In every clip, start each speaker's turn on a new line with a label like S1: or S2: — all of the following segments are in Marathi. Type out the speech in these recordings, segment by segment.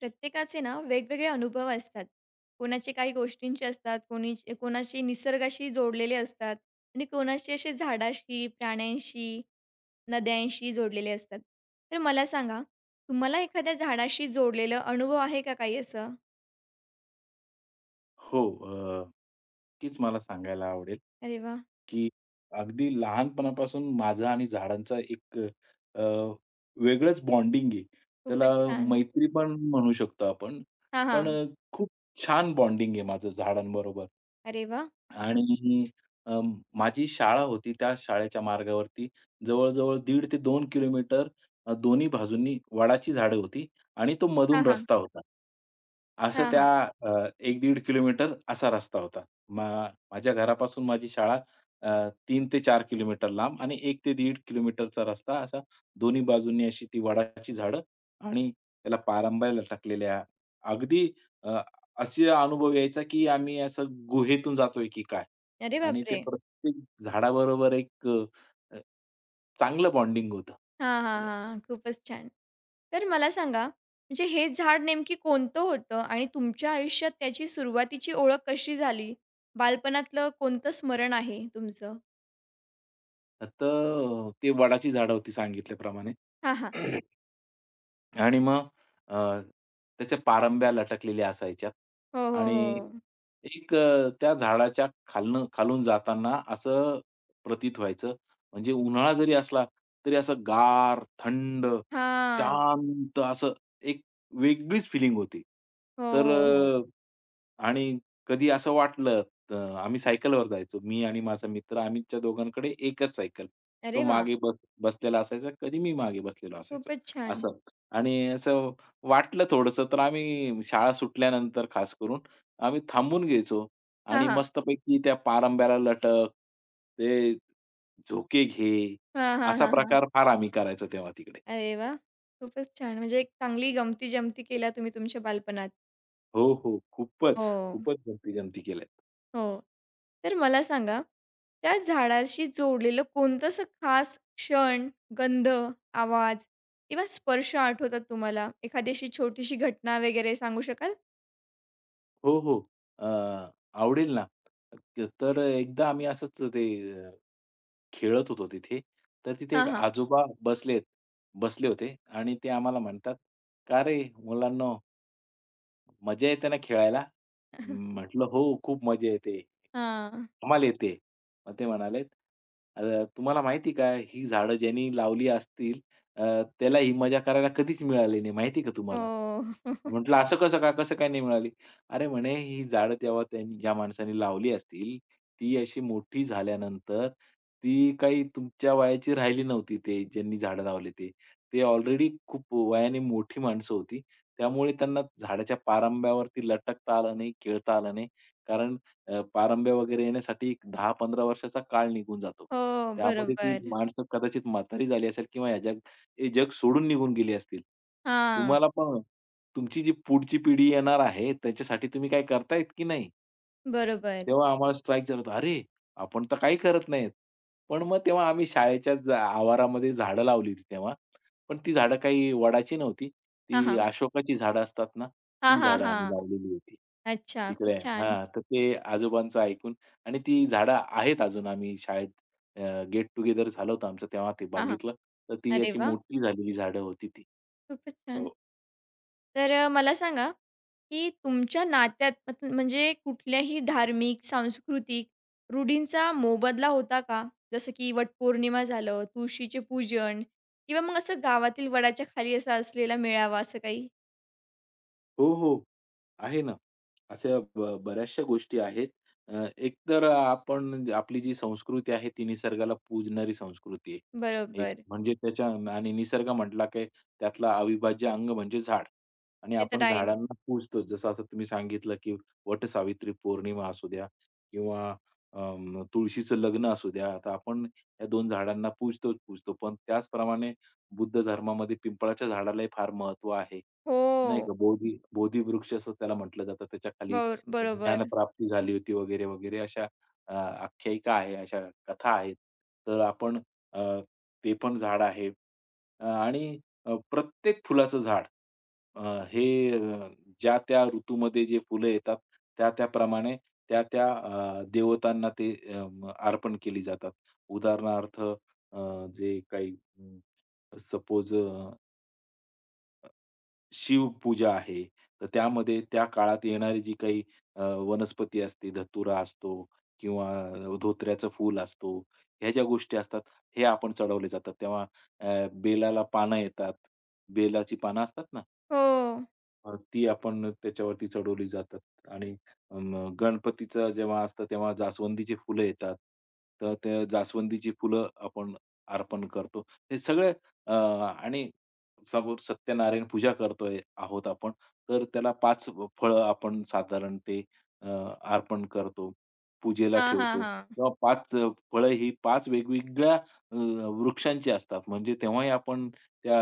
S1: प्रत्येकाचे ना वेगवेगळे अनुभव असतात. कोणाचे काही गोष्टींचे असतात, कोणीचे कोणाशी निसर्गाशी जोडलेले असतात आणि कोणाशी असे झाडाशी, प्राण्यांशी, नद्यांशी जोडलेले असतात. तर मला सांगा, तुम्हाला एखाद्या झाडाशी जोडलेलं अनुभव आहे का काही असं?
S2: हो. तीच मला सांगायला आवडेल,
S1: अरे वाह!
S2: की अगदी लहानपणापासून माझा आणि झाडांचा एक वेगळंच बॉन्डिंग आहे. त्याला
S1: खूपच छान.
S2: मैत्री पण म्हणू शकतो आपण.
S1: हां,
S2: पण
S1: हां.
S2: खूप छान बॉन्डिंग आहे माझं झाडांबरोबर.
S1: अरे वाह!
S2: आणि अ, माझी शाळा होती. त्या शाळेच्या मार्गावरती जवळ-जवळ 1.5 ते 2 किलोमीटर दोन्ही बाजूंनी वडाची झाडं होती आणि तो
S1: हां,
S2: मधून
S1: हां.
S2: रस्ता होता. असं
S1: हां,
S2: त्या
S1: हां.
S2: 1-1.5 किलोमीटर असा रस्ता होता. मा माझ्या घरापासून माझी शाळा 3 ते चार किलोमीटर लांब आणि एक ते 1.5 किलोमीटरचा रस्ता असा दोन्ही बाजूंनी अशी ती वडाची झाडं आणि त्याला पारंब्या लटकलेल्या. अगदी अ, असे अनुभव यायचा, की आम्ही असं गुहेतून जातोय की काय?
S1: अरे
S2: आणि ते
S1: बापरे!
S2: प्रत्येक झाडाबरोबर एक चांगलं बॉन्डिंग होतं.
S1: हां, हां, हां. खूपच छान. तर मला सांगा, म्हणजे हे झाड नेमकी कोणतं होतं आणि तुमच्या आयुष्यात त्याची सुरुवातीची ओळख कशी झाली? बालपणातलं कोणतं स्मरण आहे तुमचं?
S2: तर ते वडाची झाडं होती सांगितल्याप्रमाणे.
S1: हां, हां.
S2: आणि मग अ, त्याच्या पारंब्या लटकलेल्या असायच्या
S1: हो, हो,
S2: आणि
S1: हो.
S2: एक त्या झाडाच्या खालनं खालून जाताना असं प्रतीत व्हायचं, म्हणजे उन्हाळा जरी असला, तरी असं गार, थंड,
S1: हां.
S2: शांत असं एक वेगळीच फिलिंग होती.
S1: हो,
S2: तर
S1: हो, हो.
S2: आणि कधी असं वाटलं अ, आम्ही सायकलवर जायचो. मी आणि माझा मित्र आमच्या दोघांकडे एकच सायकल. तो
S1: अरे वाह!
S2: मागे बस बसलेला असायचा, कधी मी मागे बसलेलो असायचो,
S1: खूपच छान.
S2: असं. आणि असं वाटलं थोडंसं, तर आम्ही शाळा सुटल्यानंतर खास करून आम्ही थांबून घ्यायचो
S1: हां,
S2: आणि
S1: हां.
S2: मस्तपैकी ते झोके घे,
S1: हां, हां,
S2: असा
S1: हां, हां.
S2: प्रकार फार आम्ही करायचो तेव्हा तिकडे.
S1: अरे वाह! खूपच छान. म्हणजे एक चांगली गमती-जमती केल्या तुम्ही तुमच्या बालपणात.
S2: हो, हो. खूपच,
S1: हो.
S2: खूपच गमती-जमती केल्यात.
S1: हो. तर मला सांगा, त्या झाडाशी जोडलेलं कोणतं असं खास क्षण, गंध, आवाज किंवा स्पर्श आठवतात तुम्हाला? एखादी अशी छोटीशी घटना वगैरे सांगू शकाल?
S2: हो, हो. अ, आवडेल ना. तर एकदा आम्ही असंच ते अ, खेळत होतो तिथे, तर तिथे
S1: हां,
S2: एक
S1: हां.
S2: आजोबा बसले होते आणि ते आम्हाला म्हणतात, "का रे मुलांनो" मजा येते ना खेळायला? म्हटलं, "हो, खूप मजा येते.
S1: हां.
S2: धमाल येते." मग ते म्हणालेत, "अ, तुम्हाला माहिती आहे का, ही झाडं ज्यांनी लावली असतील अ, त्याला ही मजा करायला कधीच मिळाली नाही. माहिती का तुम्हाला?"
S1: हो.
S2: म्हटलं, "असं कसं काय? कसं काय नाही मिळाली?" "अरे," म्हणे, "ही झाडं तेव्हा त्यांनी ज्या माणसाने लावली असतील, ती अशी मोठी झाल्यानंतर ती काही तुमच्या वयाची राहिली नव्हती ते ज्यांनी झाडं लावले ते. ते ऑलरेडी खूप वयाने मोठी माणसं होती. त्यामुळे त्यांना झाडाच्या पारंब्यावरती लटकता आलं नाही, खेळता आलं नाही. कारण पारंब्या वगैरे येण्यासाठी एक 10-15 वर्षाचा काळ निघून जातो.
S1: हो,
S2: त्यामध्ये ती
S1: बरोबर.
S2: माणसं कदाचित म्हातारी झाली असेल किंवा ह्या जग हे जग सोडून निघून गेली असतील.
S1: हां,
S2: तुम्हाला पण तुमची जी पुढची पिढी येणार आहे त्याच्यासाठी तुम्ही काही करतायत की नाही?
S1: बरोबर.
S2: तेव्हा आम्हाला स्ट्राइक झाला होता. अरे, आपण तर काही करत नाहीत. पण मग तेव्हा आम्ही शाळेच्या आवारामध्ये झाडं लावली होती तेव्हा. पण ती झाडं काही वडाची नव्हती.
S1: हां,
S2: ती
S1: हां.
S2: अशोकाची झाडं असतात ना,
S1: हां,
S2: ती
S1: हां,
S2: झाडं
S1: हां.
S2: आम्ही लावलेली होती.
S1: अच्छा,
S2: तिकडे
S1: खूप छान.
S2: हां, तर ते आजोबांचं ऐकून आणि ती झाडं आहेत अजून आम्ही शाळेत गेट टुगेदर झालं होतं आमचं तेव्हा ते
S1: हां, हां.
S2: बघितलं. तर ती
S1: अरे
S2: अशी
S1: वाह!
S2: मोठी झालेली झाडं होती ती.
S1: खूपच छान.
S2: हो.
S1: तर मला सांगा, की तुमच्या नात्यात मत म्हणजे कुठल्याही धार्मिक, सांस्कृतिक रूढींचा मोबदला होता का? जसं की वटपौर्णिमा झालं, तुळशीचे पूजन किंवा मग असं गावातील वडाच्या खाली असा असलेला मेळावा असं काही?
S2: हो, हो. आहे ना. अशा बऱ्याचशा गोष्टी आहेत. एक तर आपण म्हणजे आपली जी संस्कृती आहे ती निसर्गाला पूजणारी संस्कृती आहे. एक
S1: बरोबर.
S2: म्हणजे त्याच्या आणि निसर्ग म्हटला की त्यातला अविभाज्य अंग म्हणजे झाड आणि
S1: ते तर
S2: आपण
S1: आहेच.
S2: झाडांना पूजतो. जसं असं तुम्ही सांगितलं की वटसावित्री पौर्णिमा असू द्या किंवा तुळशीचं लग्न असू द्या. आता आपण या 2 झाडांना पूजतोच पूजतो. पण त्याचप्रमाणे बुद्ध धर्मामध्ये पिंपळाच्या झाडालाही फार महत्व आहे. नाही
S1: हो.
S2: का बोधी बोधी वृक्ष असं त्याला म्हटलं जातं. त्याच्या खाली
S1: बर बरोबर.
S2: ज्ञानप्राप्ती झाली होती वगैरे, वगैरे अशा आख्यायिका आहे, अशा कथा आहेत. तर आपण अ, ते पण झाड आहे आणि प्रत्येक फुलाचं झाड अ, हे अ, ज्या त्या ऋतूमध्ये जे फुलं येतात, त्या त्याप्रमाणे त्या त्या देवतांना ते अर्पण केली जातात. उदाहरणार्थ जे काही सपोज शिवपूजा आहे. तर त्यामध्ये त्या काळात येणारी जी काही वनस्पती असते, धतुरा असतो किंवा धोत्र्याचं फूल असतो, ह्या ज्या गोष्टी असतात, हे आपण चढवले जातात. तेव्हा बेलाला पानं येतात. बेलाची पानं असतात ना,
S1: हो.
S2: ती आपण त्याच्यावरती चढवली जातात आणि गणपतीचं जेव्हा असतं तेव्हा जास्वंदीची फुलं येतात. तर त्या जास्वंदीची फुलं आपण अर्पण करतो. हे सगळे आणि समोर सत्यनारायण पूजा करतोय आहोत आपण, तर त्याला 5 फळं आपण साधारण ते अ, अर्पण करतो, पूजेला
S1: हां, हां,
S2: ठेवतो
S1: हां.
S2: किंवा 5 फळं ही 5 वेगवेगळ्या वृक्षांची असतात. म्हणजे तेव्हाही आपण त्या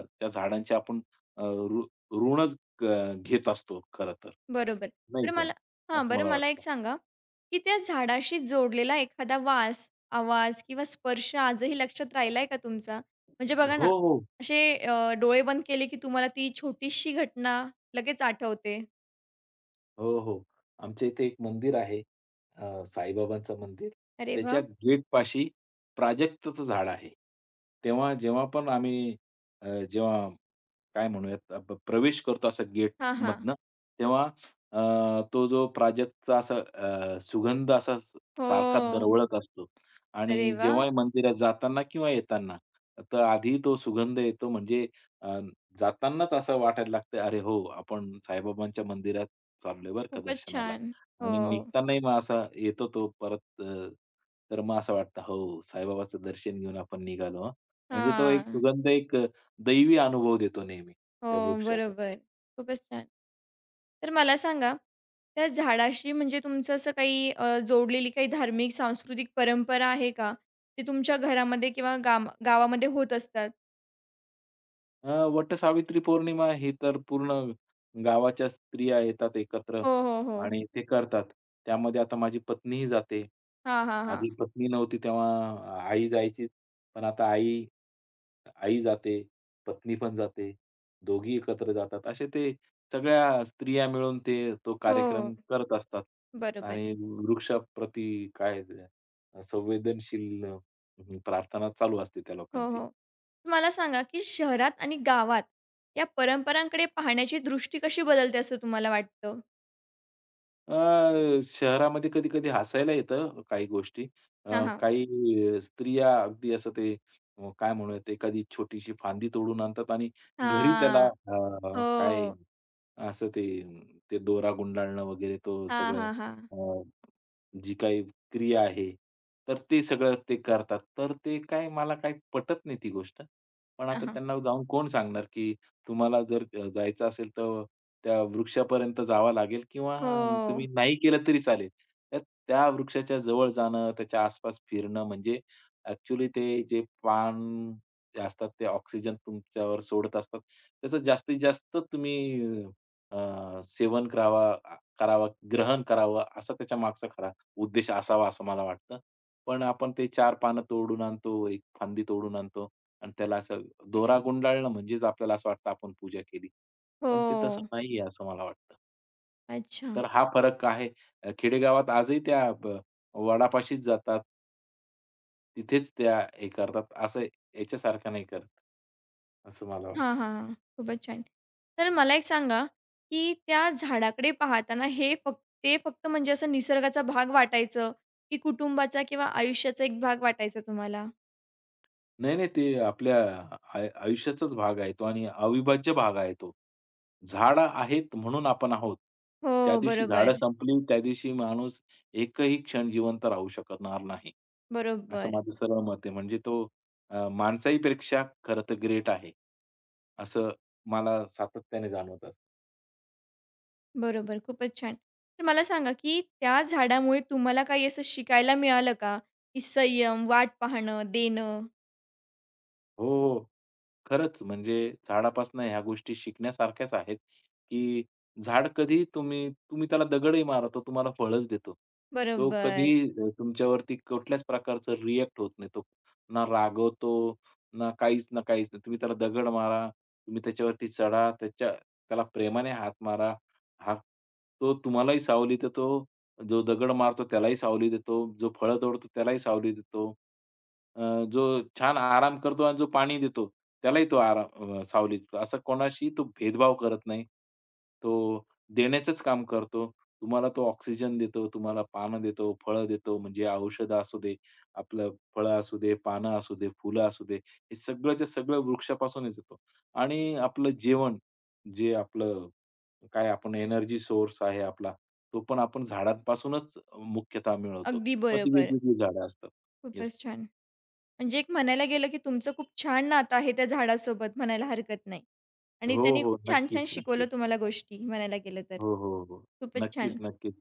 S2: त्या झाडांचे आपण अ, ऋ ऋणच घेत असतो खरं तर.
S1: बरोबर.
S2: नाही
S1: बरं
S2: का?
S1: मला हां,
S2: असं
S1: बरं
S2: मला
S1: मला एक
S2: वाटतं.
S1: सांगा, की त्या झाडाशी जोडलेला एखादा वास, आवाज किंवा स्पर्श आजही लक्षात राहिलाय का तुमचा? म्हणजे बघा ना,
S2: हो, हो.
S1: असे डोळे बंद केले की तुम्हाला ती छोटीशी घटना लगेच आठवते.
S2: हो, हो. आमच्या इथे एक मंदिर आहे साईबाबांचं मंदिर.
S1: अरे
S2: त्याच्या
S1: वाह!
S2: गेटपाशी प्राजक्तचं झाड आहे. तेव्हा जेव्हा पण आम्ही जेव्हा काय म्हणूयात अ, प प्रवेश करतो असा
S1: हां, हां.
S2: गेटमधनं, तेव्हा अ, तो जो प्राजक्तचा असा अ, सुगंध असा स- सारखा
S1: हो.
S2: दरवळत असतो आणि
S1: अरे वाह!
S2: जेव्हाही मंदिरात जाताना किंवा येताना, तर आधी तो सुगंध येतो म्हणजे अ, जातानाच असं वाटायला लागतं, "अरे हो, आपण साईबाबांच्या मंदिरात चाललोय बरं का
S1: खूपच
S2: दर्शनाला."
S1: छान. हो.
S2: आणि निघतानाही मग असा येतो तो परत तर मग असं वाटतं, "हो, साईबाबाचं दर्शन घेऊन आपण निघालो हां." म्हणजे तो एक
S1: हां.
S2: सुगंध एक दैवी अनुभव देतो नेहमी
S1: हो,
S2: त्या वृक्षाचा.
S1: बरोबर. खूपच छान. तर मला सांगा, त्या झाडाशी म्हणजे तुमचं असं काही जोडलेली काही धार्मिक, सांस्कृतिक परंपरा आहे का? ते तुमच्या घरामध्ये किंवा गाम गावामध्ये होत असतात?
S2: अ, वटसावित्री पौर्णिमा ही तर पूर्ण गावाच्या स्त्रिया येतात एकत्र
S1: हो, हो, हो.
S2: आणि ते करतात. त्यामध्ये आता माझी पत्नीही जाते.
S1: हां, हां, हां.
S2: आधी पत्नी नव्हती तेव्हा आई जायची. पण आता आई आई जाते, पत्नी पण जाते. दोघी एकत्र जातात. असे ते सगळ्या स्त्रिया मिळून ते तो कार्यक्रम
S1: हो.
S2: करत असतात.
S1: बरोबर.
S2: आणि वृक्षाप्रती काय ते, संवेदनशील प्रार्थना चालू असते त्या
S1: हो,
S2: लोकांची.
S1: हो. मला सांगा, की शहरात आणि गावात या परंपरांकडे पाहण्याची दृष्टी कशी बदलते असं तुम्हाला वाटतं?
S2: शहरामध्ये कधी-कधी हसायला येतं काही गोष्टी.
S1: हां, हां.
S2: काही स्त्रिया अगदी असं ते काय म्हणूयात एखादी छोटीशी फांदी तोडून आणतात आणि घरी त्याला
S1: हां. हो.
S2: काय असं ते ते दोरा गुंडाळणं वगैरे तो
S1: हां,
S2: सगळं
S1: हां, हां.
S2: जी काही क्रिया आहे, तर ते सगळं ते करतात. तर ते काय मला काही पटत नाही ती गोष्ट. पण
S1: हां,
S2: आता
S1: हां.
S2: त्यांना जाऊन कोण सांगणार, की तुम्हाला जर जायचं असेल तर त्या वृक्षापर्यंत जावं लागेल किंवा तुम्ही
S1: हो.
S2: नाही केलं तरी चालेल. तर त्या वृक्षाच्या जवळ जाणं, त्याच्या आसपास फिरणं म्हणजे ॲक्चुअली ते जे पान जे असतात ते ऑक्सिजन तुमच्यावर सोडत असतात. त्याचं जास्तीत जास्त तुम्ही करावा, ग्रहण करावं असा त्याच्या मागचा खरा उद्देश असावा असं मला वाटतं. पण आपण ते 4 पानं तोडून आणतो, एक फांदी तोडून आणतो आणि त्याला असं दोरा गुंडाळणं म्हणजेच आपल्याला असं वाटतं आपण पूजा केली.
S1: हो.
S2: पण ते तसं नाहीये असं मला वाटतं.
S1: अच्छा.
S2: तर हा फरक आहे. खेडेगावात आजही त्या ब वडापाशीच जातात. तिथेच त्या हे करतात. असं याच्यासारखं नाही करत, असं मला
S1: हां,
S2: वाटतं.
S1: हां, हां. खूपच छान. तर मला एक सांगा, की त्या झाडाकडे पाहताना हे फक्त ते फक्त म्हणजे असं निसर्गाचा भाग वाटायचं, की कुटुंबाचा किंवा आयुष्याचा एक भाग वाटायचा तुम्हाला?
S2: नाही, नाही. ते आपल्या आयुष्याचाच भाग आहे तो आणि अविभाज्य भाग आहे तो. झाडं आहेत म्हणून आपण आहोत. ज्या
S1: हो,
S2: दिवशी झाडं
S1: बरोबर.
S2: संपली, त्या दिवशी माणूस एकही क्षण जिवंत राहू शकणार नाही. असं
S1: बरोबर.
S2: माझं सरळ मत आहे. म्हणजे तो माणसाहीपेक्षा खरं तर ग्रेट आहे. असं मला सातत्याने जाणवत असतं.
S1: बरोबर. खूपच छान. तर मला सांगा, की त्या झाडामुळे तुम्हाला काही असं शिकायला मिळालं का? की संयम, वाट पाहणं, देणं.
S2: हो, हो. खरंच म्हणजे झाडापासून ह्या गोष्टी शिकण्यासारख्याच आहेत, की झाड कधीही तुम्ही तुम्ही त्याला दगडही मारा, तो तुम्हाला फळच देतो. तो
S1: बरोबर.
S2: कधीही तुमच्यावरती कुठल्याच प्रकारचं रिएक्ट होत नाही. तो ना रागवतो, ना काहीच ना काहीच नाही. तुम्ही त्याला दगड मारा, तुम्ही त्याच्यावरती चढा, त्याच्या त्याला प्रेमाने हात मारा. हा तो तुम्हालाही सावलीत तो जो दगड मारतो त्यालाही सावली देतो, जो फळं तोडतो त्यालाही सावली देतो. अ, जो छान आराम करतो आणि जो पाणी देतो त्यालाही तो सावली देतो. असा कोणाशी तो भेदभाव करत नाही. तो देण्याचंच काम करतो. तुम्हाला तो ऑक्सिजन देतो, तुम्हाला पानं देतो, फळं देतो म्हणजे औषधं असू दे, आपलं फळं असू दे, पानं असू दे, फुलं असू दे, हे सगळंच्या सगळं वृक्षापासूनच येतो. आणि आपलं जेवण जे आपलं काय आपण एनर्जी सोर्स आहे आपला, तो पण आपण झाडांपासूनच मुख्यतः मिळवतो.
S1: अगदी
S2: मग ती
S1: बरोबर.
S2: वेगवेगळी झाडं असतात. येस.
S1: खूपच छान. म्हणजे एक म्हणायला गेलं, की तुमचं खूप छान नातं आहे त्या झाडासोबत म्हणायला हरकत नाही. आणि
S2: हो,
S1: त्यांनी
S2: हो.
S1: खूप छान-छान
S2: नक्कीच,
S1: शिकवलं
S2: नक्कीच.
S1: तुम्हाला गोष्टी म्हणायला गेलं तर.
S2: हो, हो, हो.
S1: खूपच
S2: नक्कीच,
S1: छान.
S2: नक्कीच.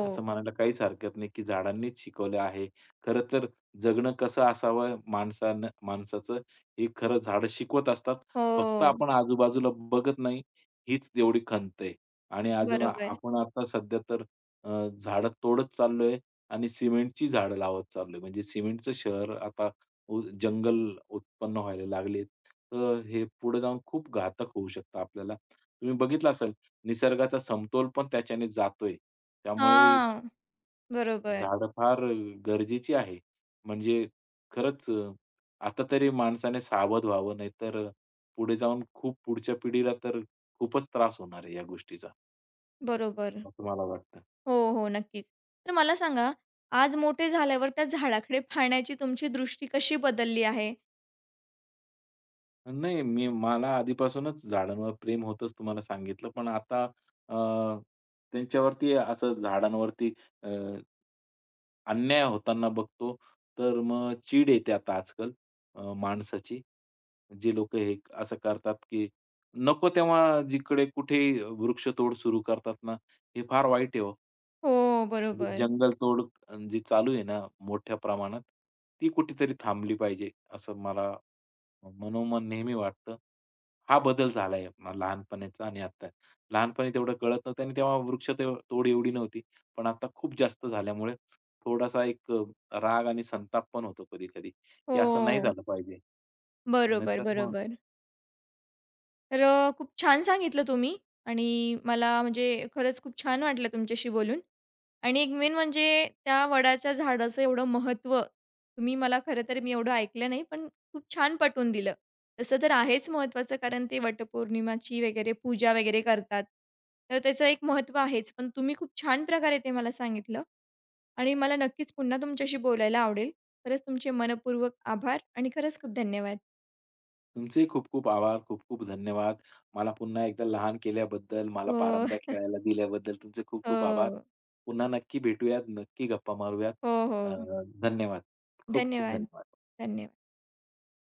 S2: असं म्हणायला काहीच हरकत नाही, की झाडांनीच शिकवलं आहे. खरं तर जगणं कसं असावं माणसानं माणसाचं हे खरं झाडं शिकवत असतात. फक्त
S1: हो.
S2: आपण आजूबाजूला बघत नाही, हीच तेवढी खंत आहे. आणि अजून
S1: बरोबर.
S2: आपण आता सध्या तर झाडं तोडत चाललोय आणि सिमेंटची झाडं लावत चाललोय. म्हणजे सिमेंटचं शहर आता जंगल उत्पन्न व्हायला लागलेत. तर हे पुढे जाऊन खूप घातक होऊ शकतं आपल्याला. तुम्ही बघितलं असेल निसर्गाचा समतोल पण त्याच्याने जातोय. त्यामुळे
S1: हां. बरोबर,
S2: झाडं फार गरजेची आहे. म्हणजे खरंच आता तरी माणसाने सावध व्हावं, नाहीतर पुढे जाऊन खूप पुढच्या पिढीला तर खूपच त्रास होणार आहे या गोष्टीचा,
S1: बरोबर.
S2: असं मला वाटतं.
S1: हो, हो. नक्कीच. तर मला सांगा, आज मोठे झाल्यावर त्या झाडाकडे पाहण्याची तुमची दृष्टी कशी बदलली आहे?
S2: नाही, मी मला आधीपासूनच झाडांवर प्रेम होतंच तुम्हाला सांगितलं. पण आता अ, त्यांच्यावरती असं झाडांवरती अ अन्याय होताना बघतो, तर मग चीड येते आता आजकाल माणसाची. जे लोकं हे असं करतात, की नको तेव्हा जिकडे कुठेही वृक्षतोड सुरू करतात ना, हे फार वाईट आहे हो.
S1: हो,
S2: म्हणजे
S1: बरोबर.
S2: जंगल तोड जी चालू आहे ना मोठ्या प्रमाणात, ती कुठेतरी थांबली पाहिजे असं मला मनोमन नेहमी वाटतं, हा बदल झालाय लहानपणीचा आणि आता. लहानपणी तेवढं कळत नव्हतं आणि तेव्हा वृक्ष ते तोड एवढी नव्हती. पण आता खूप जास्त झाल्यामुळे थोडासा एक राग आणि संताप पण होतो कधी-कधी, की असं नाही
S1: हो.
S2: झालं पाहिजे.
S1: बरोबर,
S2: नाहीतर मग
S1: बरोबर. तर खूप छान सांगितलं तुम्ही आणि मला म्हणजे खरंच खूप छान वाटलं तुमच्याशी बोलून आणि एक मेन म्हणजे त्या वडाच्या झाडाचं एवढं महत्त्व तुम्ही मला खरं तर मी एवढं ऐकलं नाही, पण खूप छान पटवून दिलं. तसं तर आहेच महत्त्वाचं कारण ते वटपौर्णिमाची वगैरे पूजा वगैरे करतात. तर त्याचं एक महत्त्व आहेच, पण तुम्ही खूप छान प्रकारे ते मला सांगितलं आणि मला नक्कीच पुन्हा तुमच्याशी बोलायला आवडेल. खरंच तुमचे मनःपूर्वक आभार आणि खरंच खूप धन्यवाद.
S2: तुमचेही खूप खूप आभार, खूप खूप धन्यवाद. मला पुन्हा एकदा लहान केल्याबद्दल, मला
S1: हो,
S2: पारंब्या खेळायला दिल्याबद्दल तुमचे खूप खूप आभार.
S1: हो.
S2: पुन्हा नक्की भेटूयात, नक्की गप्पा मारूयात.
S1: हो,
S2: अ,
S1: हो.
S2: धन्यवाद. खूप खूप
S1: धन्यवाद.
S2: धन्यवाद.
S1: धन्यवाद.